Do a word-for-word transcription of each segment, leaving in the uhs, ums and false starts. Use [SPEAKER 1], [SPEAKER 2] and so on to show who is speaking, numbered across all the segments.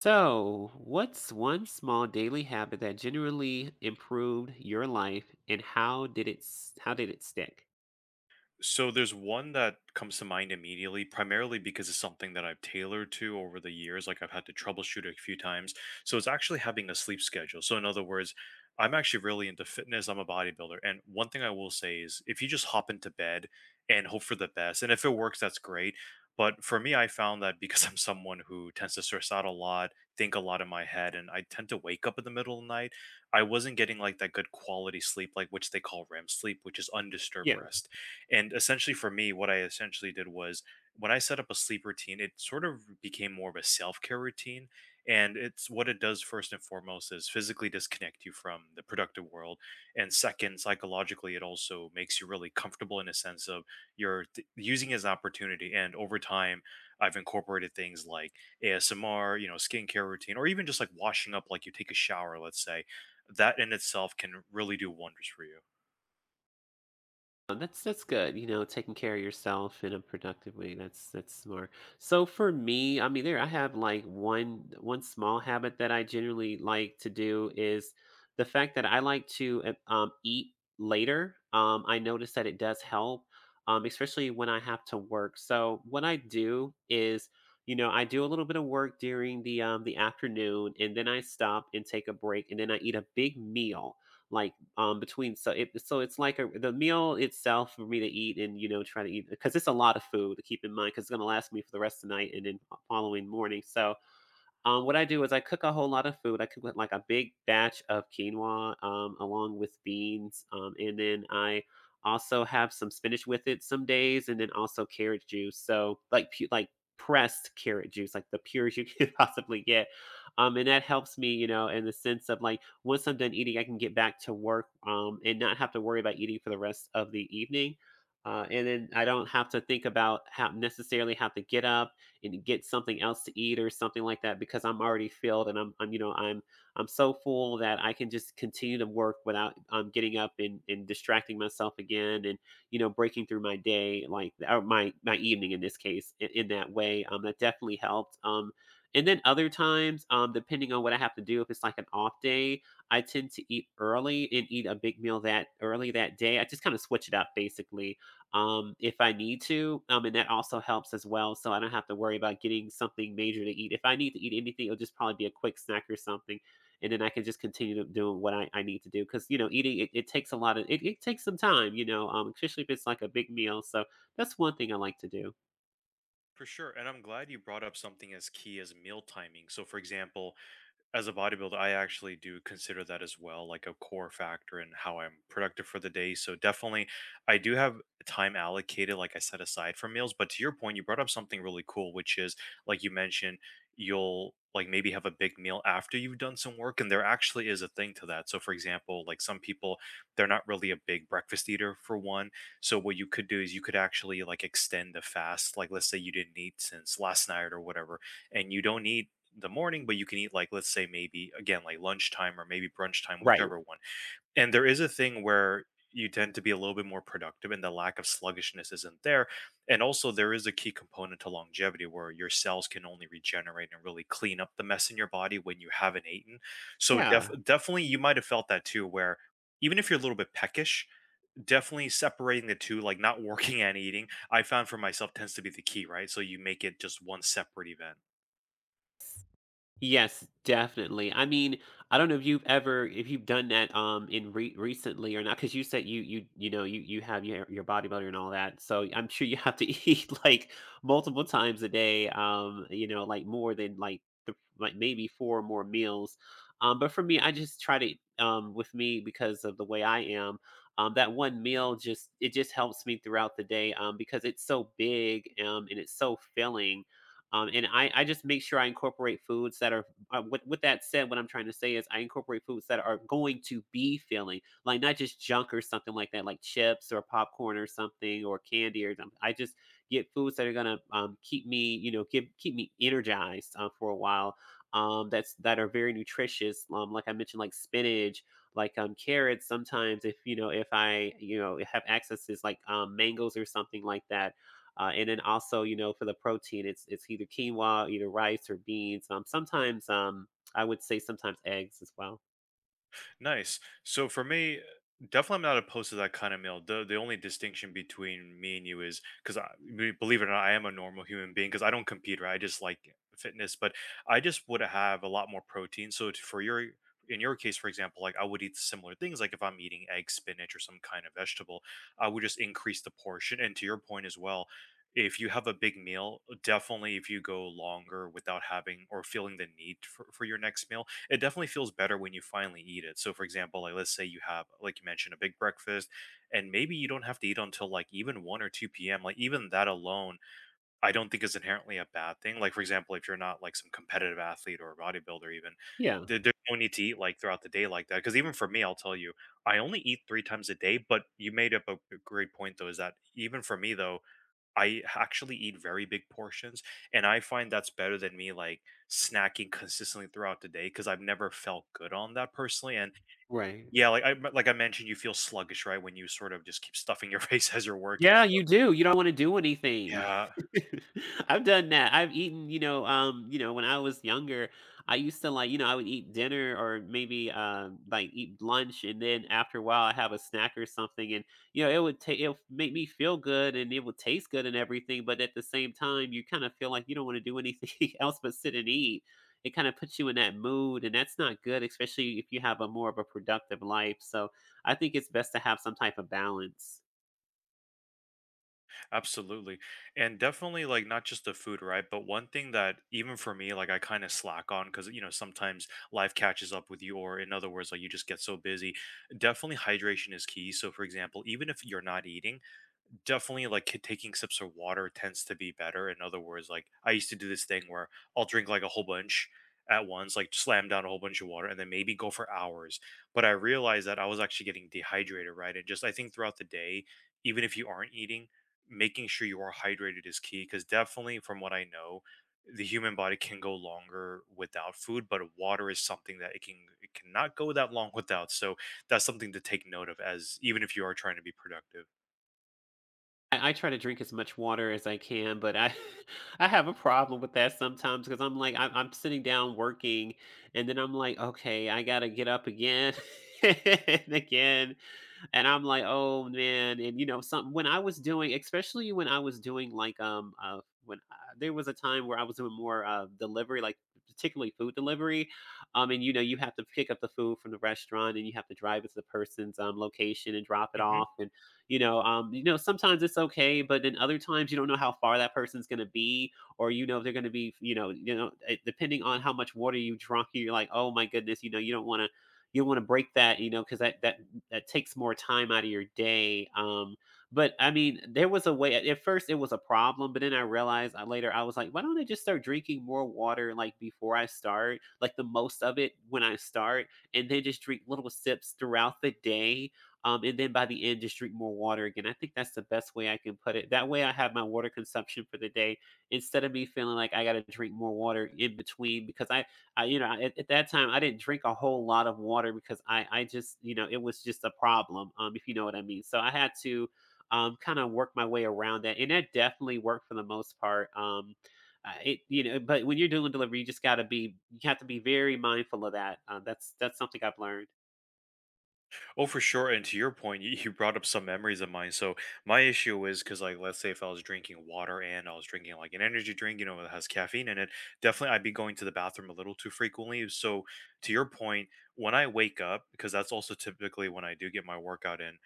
[SPEAKER 1] So, what's one small daily habit that generally improved your life, and how did it s- how did it stick?
[SPEAKER 2] So there's one that comes to mind immediately, primarily because it's something that I've tailored to over the years. Like I've had to troubleshoot a few times. So it's actually having a sleep schedule. So in other words, I'm actually really into fitness. I'm a bodybuilder. And one thing I will say is if you just hop into bed and hope for the best, and if it works, that's great. But for me, I found that because I'm someone who tends to stress out a lot, think a lot in my head, and I tend to wake up in the middle of the night, I wasn't getting like that good quality sleep, like which they call R E M sleep, which is undisturbed rest. And essentially, for me, what I essentially did was when I set up a sleep routine, it sort of became more of a self care routine. And it's what it does first and foremost is physically disconnect you from the productive world. And second, psychologically, it also makes you really comfortable in a sense of you're th- using it as an opportunity. And over time, I've incorporated things like A S M R, you know, skincare routine, or even just like washing up, like you take a shower, let's say. That in itself can really do wonders for you.
[SPEAKER 1] Oh, that's that's good, you know, taking care of yourself in a productive way, that's that's smart. So for me, I mean, there I have like one one small habit that I generally like to do is the fact that I like to uh, um, eat later. Um, I notice that it does help, um, especially when I have to work. So what I do is, you know, I do a little bit of work during the um, the afternoon, and then I stop and take a break, and then I eat a big meal like um, between so it so it's like a, the meal itself for me to eat and, you know, try to eat because it's a lot of food to keep in mind because it's going to last me for the rest of the night and then following morning. So um, what I do is I cook a whole lot of food. I cook with like a big batch of quinoa um, along with beans, um, and then I also have some spinach with it some days, and then also carrot juice. So like pu- like pressed carrot juice, like the purest you can possibly get, um, and that helps me, you know, in the sense of like once I'm done eating, I can get back to work um, and not have to worry about eating for the rest of the evening. Uh, and then I don't have to think about how necessarily have to get up and get something else to eat or something like that because I'm already filled and I'm, I'm, you know, I'm I'm so full that I can just continue to work without um, getting up and, and distracting myself again and, you know, breaking through my day like or my my evening in this case in, in that way. Um that definitely helped. Um and then other times, um depending on what I have to do, if it's like an off day, I tend to eat early and eat a big meal that early that day. I just kind of switch it up basically, um, if I need to. Um, and that also helps as well. So I don't have to worry about getting something major to eat. If I need to eat anything, it'll just probably be a quick snack or something. And then I can just continue to do what I, I need to do. Cause, you know, eating it, it takes a lot of it, it takes some time, you know, um, especially if it's like a big meal. So that's one thing I like to do.
[SPEAKER 2] For sure. And I'm glad you brought up something as key as meal timing. So, for example, as a bodybuilder, I actually do consider that as well, like a core factor in how I'm productive for the day. So definitely, I do have time allocated, like I set aside for meals. But to your point, you brought up something really cool, which is like you mentioned, you'll like maybe have a big meal after you've done some work. And there actually is a thing to that. So for example, like some people, they're not really a big breakfast eater for one. So what you could do is you could actually like extend the fast. Like let's say you didn't eat since last night or whatever, and you don't need the morning, but you can eat like let's say maybe again like lunchtime or maybe brunch time,
[SPEAKER 1] Right.
[SPEAKER 2] whichever one. And there is a thing where you tend to be a little bit more productive and the lack of sluggishness isn't there. And also there is a key component to longevity where your cells can only regenerate and really clean up the mess in your body when you haven't eaten. So def-
[SPEAKER 1] Yeah.
[SPEAKER 2] definitely you might have felt that too where even if you're a little bit peckish, definitely separating the two, like not working and eating, I found for myself tends to be the key, right? So you make it just one separate event.
[SPEAKER 1] Yes, definitely. I mean, I don't know if you've ever if you've done that um in re- recently or not because you said you you you know you you have your your bodybuilder and all that. So I'm sure you have to eat like multiple times a day. Um, you know, like more than like the, like maybe four or more meals. Um, but for me, I just try to um with me because of the way I am. Um, that one meal just it just helps me throughout the day um because it's so big um and it's so filling, um, and I, I just make sure I incorporate foods that are, uh, with, with that said, what I'm trying to say is I incorporate foods that are going to be filling, like not just junk or something like that, like chips or popcorn or something or candy or something. I just get foods that are going to um, keep me, you know, give, keep me energized uh, for a while. Um, that's that are very nutritious. Um, like I mentioned, like spinach, like um carrots, sometimes if you know, if I you know have access to like um mangoes or something like that, uh, and then also, you know, for the protein, it's it's either quinoa, either rice or beans. Um, sometimes, um, I would say sometimes eggs as well.
[SPEAKER 2] Nice. So for me, definitely I'm not opposed to that kind of meal. The the only distinction between me and you is because I be- believe it or not, I am a normal human being because I don't compete, right? I just like fitness, but I just would have a lot more protein. So t- for your in your case, for example, like I would eat similar things. Like if I'm eating egg, spinach, or some kind of vegetable, I would just increase the portion. And to your point as well, if you have a big meal, definitely if you go longer without having or feeling the need for, for your next meal, it definitely feels better when you finally eat it. So, for example, like let's say you have, like you mentioned, a big breakfast, and maybe you don't have to eat until like even one or two p m. Like, even that alone, I don't think is inherently a bad thing. Like, for example, if you're not like some competitive athlete or a bodybuilder, even
[SPEAKER 1] Yeah,
[SPEAKER 2] there- there's no need to eat like throughout the day like that. Because even for me, I'll tell you, I only eat three times a day. But you made up a a great point, though, is that even for me, though, I actually eat very big portions, and I find that's better than me like snacking consistently throughout the day because I've never felt good on that personally. And
[SPEAKER 1] right.
[SPEAKER 2] yeah, like I like I mentioned, you feel sluggish, right, when you sort of just keep stuffing your face as you're working.
[SPEAKER 1] Yeah, you do. You don't want to do anything.
[SPEAKER 2] Yeah,
[SPEAKER 1] I've done that. I've eaten, you know, um, you know, when I was younger, I used to like, you know, I would eat dinner or maybe um like eat lunch and then after a while I have a snack or something and, you know, it would take it would make me feel good and it would taste good and everything, but at the same time you kind of feel like you don't want to do anything else but sit and eat. It kind of puts you in that mood and that's not good, especially if you have a more of a productive life. So I think it's best to have some type of balance.
[SPEAKER 2] absolutely. And definitely like not just the food, right? But one thing that even for me, like I kind of slack on because you know, sometimes life catches up with you, or in other words, like you just get so busy. Definitely hydration is key. So for example, even if you're not eating, definitely like ki- taking sips of water tends to be better. In other words, like I used to do this thing where I'll drink like a whole bunch at once, like slam down a whole bunch of water and then maybe go for hours. But I realized that I was actually getting dehydrated, right? And just I think throughout the day, even if you aren't eating, making sure you are hydrated is key because definitely from what I know, the human body can go longer without food, but water is something that it can it cannot go that long without. So that's something to take note of as even if you are trying to be productive.
[SPEAKER 1] I I try to drink as much water as I can, but I I have a problem with that sometimes because I'm like I'm, I'm sitting down working, and then I'm like, okay, I gotta get up again and again, and I'm like, oh man, and you know, some when I was doing, especially when I was doing like um uh when I, there was a time where I was doing more uh delivery, like particularly food delivery, um and you know you have to pick up the food from the restaurant and you have to drive it to the person's um location and drop it
[SPEAKER 2] Mm-hmm.
[SPEAKER 1] off, you know, um you know, sometimes it's okay, but then other times you don't know how far that person's going to be or, you know, if they're going to be, you know, you know, eh, depending on how much water you drunk you're like, oh my goodness, you know, you don't want to, you want to break that, you know, because that that that takes more time out of your day. Um but I mean, there was a way, at at first it was a problem but then I realized I, later I was like, why don't I just start drinking more water like before I start, like the most of it when I start, and then just drink little sips throughout the day, um, and then by the end, just drink more water again. I think that's the best way I can put it. That way, I have my water consumption for the day instead of me feeling like I got to drink more water in between because I, I, you know, at, at that time I didn't drink a whole lot of water because I, I just, you know, it was just a problem, um, if you know what I mean. So I had to, um, kind of work my way around that, and that definitely worked for the most part. Um, uh, it, you know, but when you're doing delivery, you just got to be, you have to be very mindful of that. Uh, that's that's something I've learned.
[SPEAKER 2] Oh, for sure. And to your point, you, you brought up some memories of mine. So my issue is because, like, let's say if I was drinking water and I was drinking like an energy drink, you know, that has caffeine in it, definitely I'd be going to the bathroom a little too frequently. So to your point, when I wake up, because that's also typically when I do get my workout in,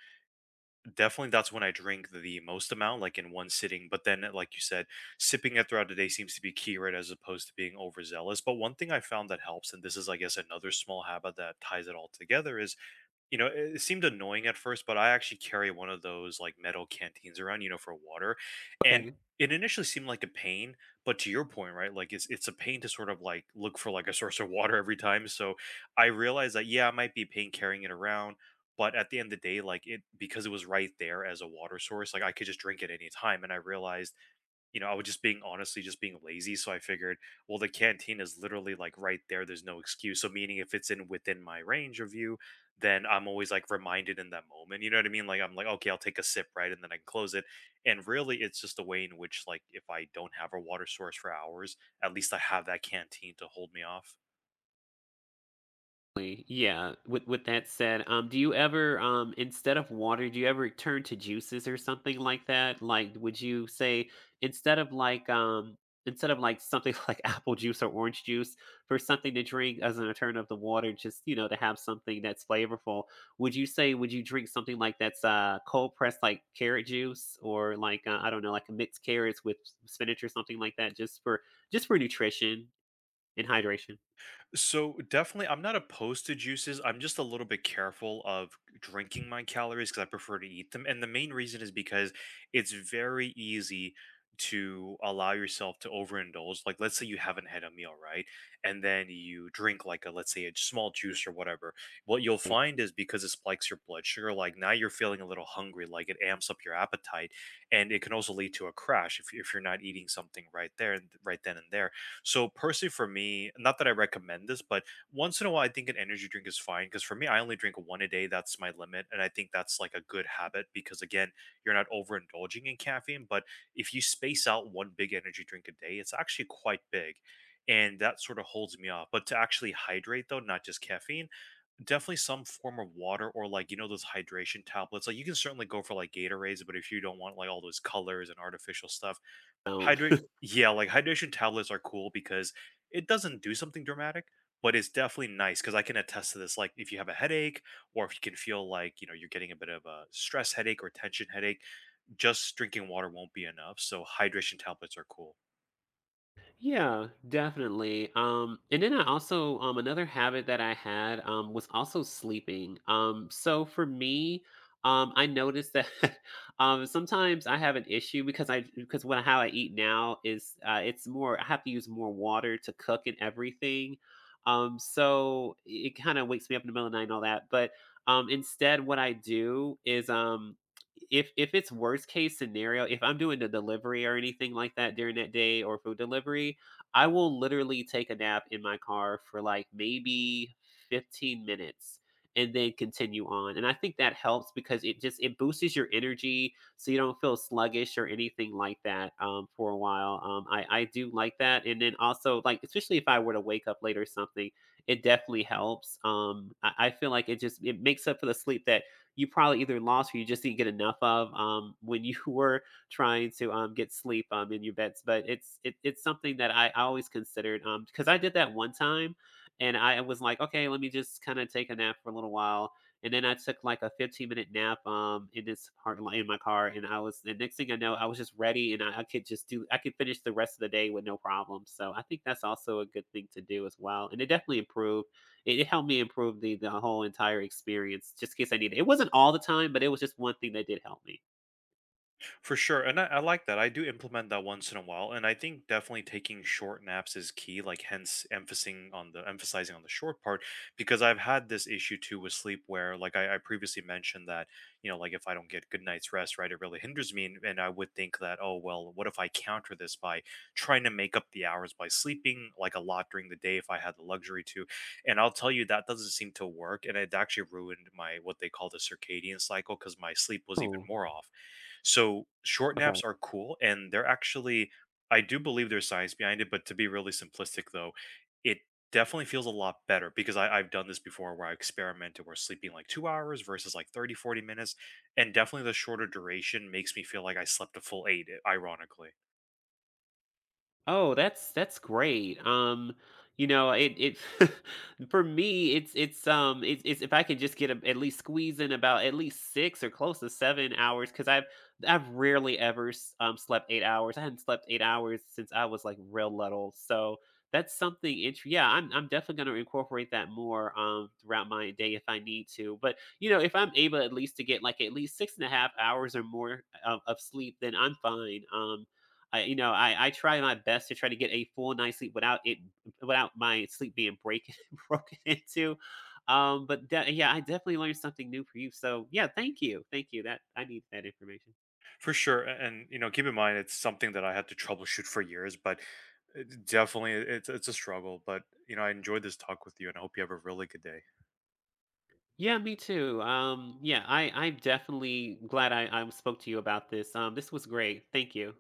[SPEAKER 2] definitely that's when I drink the most amount, like in one sitting. But then, like you said, sipping it throughout the day seems to be key, right? As opposed to being overzealous. But one thing I found that helps, and this is, I guess, another small habit that ties it all together, is you know, it it seemed annoying at first, but I actually carry one of those like metal canteens around, you know, for water. And
[SPEAKER 1] Okay.
[SPEAKER 2] it initially seemed like a pain, but to your point, right? Like it's it's a pain to sort of like look for like a source of water every time. So I realized that yeah, I might be a pain carrying it around, but at the end of the day, like it because it was right there as a water source, like I could just drink it any time. And I realized you know, I was just being honestly just being lazy, so I figured, well, the canteen is literally like right there. There's no excuse. So meaning if it's in within my range of view, then I'm always like reminded in that moment. You know what I mean? Like I'm like, okay, I'll take a sip, right? And then I can close it. And really it's just a way in which like if I don't have a water source for hours, at least I have that canteen to hold me off.
[SPEAKER 1] Exactly. Yeah. With with that said, um, do you ever, um, instead of water, do you ever turn to juices or something like that? Like, would you say instead of like, um, instead of like something like apple juice or orange juice for something to drink as an alternative to water, just, you know, to have something that's flavorful, would you say would you drink something like that's uh cold pressed like carrot juice or like uh, I don't know, like a mixed carrots with spinach or something like that, just for just for nutrition? In hydration.
[SPEAKER 2] So definitely, I'm not opposed to juices. I'm just a little bit careful of drinking my calories because I prefer to eat them. And the main reason is because it's very easy to allow yourself to overindulge. Like, let's say you haven't had a meal, right? And then you drink like a, let's say, a small juice or whatever. What you'll find is because it spikes your blood sugar, like now you're feeling a little hungry, like it amps up your appetite. And it can also lead to a crash if, if you're not eating something right there, and right then and there, so personally, for me, not that I recommend this, but once in a while, I think an energy drink is fine because for me, I only drink one a day. That's my limit, and I think that's like a good habit because again, you're not overindulging in caffeine. But if you space out one big energy drink a day, it's actually quite big. And that sort of holds me off. But to actually hydrate, though, not just caffeine, definitely some form of water or like, you know, those hydration tablets. Like, you can certainly go for like Gatorades, but if you don't want like all those colors and artificial stuff,
[SPEAKER 1] Don't.
[SPEAKER 2] hydrate, yeah, like, hydration tablets are cool because it doesn't do something dramatic, but it's definitely nice. Because I can attest to this, like, if you have a headache or if you can feel like, you know, you're getting a bit of a stress headache or tension headache, just drinking water won't be enough, so hydration tablets are cool.
[SPEAKER 1] Yeah, definitely. Um, and then I also um another habit that I had um was also sleeping. Um, so for me, um, I noticed that um sometimes I have an issue because I because when how I eat now is uh it's more I have to use more water to cook and everything. Um, so it kind of wakes me up in the middle of the night and all that. But um, instead, what I do is, um if if it's worst case scenario, if I'm doing a delivery or anything like that during that day or food delivery, I will literally take a nap in my car for like maybe fifteen minutes and then continue on. And I think that helps because it just it boosts your energy so you don't feel sluggish or anything like that, um, for a while. Um, I I do like that, and then also like especially if I were to wake up late or something, it definitely helps. Um, I, I feel like it just it makes up for the sleep that you probably either lost or you just didn't get enough of, um, when you were trying to, um, get sleep, um, in your beds. But it's it, it's something that I, I always considered, um, because I did that one time, and I was like, okay, let me just kind of take a nap for a little while. And then I took like a fifteen minute nap, um, in this parking lot in my car, and I was the next thing I know, I was just ready, and I, I could just do I could finish the rest of the day with no problem. So I think that's also a good thing to do as well, and it definitely improved, it, it helped me improve the the whole entire experience just in case I needed it. It wasn't all the time, but it was just one thing that did help me.
[SPEAKER 2] For sure. And I, I like that. I do implement that once in a while. And I think definitely taking short naps is key, like hence emphasizing on the emphasizing on the short part, because I've had this issue too with sleep where like I, I previously mentioned that, you know, like if I don't get good night's rest, right, it really hinders me. And, and I would think that, oh well, what if I counter this by trying to make up the hours by sleeping like a lot during the day if I had the luxury to. And I'll tell you that doesn't seem to work. And it actually ruined my what they call the circadian cycle because my sleep was even
[SPEAKER 1] Oh,
[SPEAKER 2] more off, so short
[SPEAKER 1] okay.
[SPEAKER 2] naps are cool and they're actually, I do believe there's science behind it, but to be really simplistic though, it definitely feels a lot better because I, I've done this before where I experimented where sleeping like two hours versus like thirty, forty minutes. And definitely the shorter duration makes me feel like I slept a full eight, i- ironically.
[SPEAKER 1] Oh, that's that's great. Um, you know, it it for me, it's it's um it's it's if I can just get a, at least squeeze in about at least six or close to seven hours, because I've I've rarely ever s- um slept eight hours. I hadn't slept eight hours since I was like real little. So that's something interesting. Yeah, I'm I'm definitely gonna incorporate that more, um throughout my day if I need to. But you know, if I'm able at least to get like at least six and a half hours or more, uh, of, of sleep, then I'm fine. Um I, you know, I, I try my best to try to get a full night's sleep without it, without my sleep being breaking broken into. Um, but de- yeah, I definitely learned something new for you. So yeah, thank you, thank you. That I need that information.
[SPEAKER 2] For sure. a- And you know, keep in mind it's something that I had to troubleshoot for years, but it- definitely it's it's a struggle. But you know, I enjoyed this talk with you and I hope you have a really good day.
[SPEAKER 1] Yeah, me too. Um, yeah, I, I'm definitely glad I, I spoke to you about this. Um, this was great. Thank you.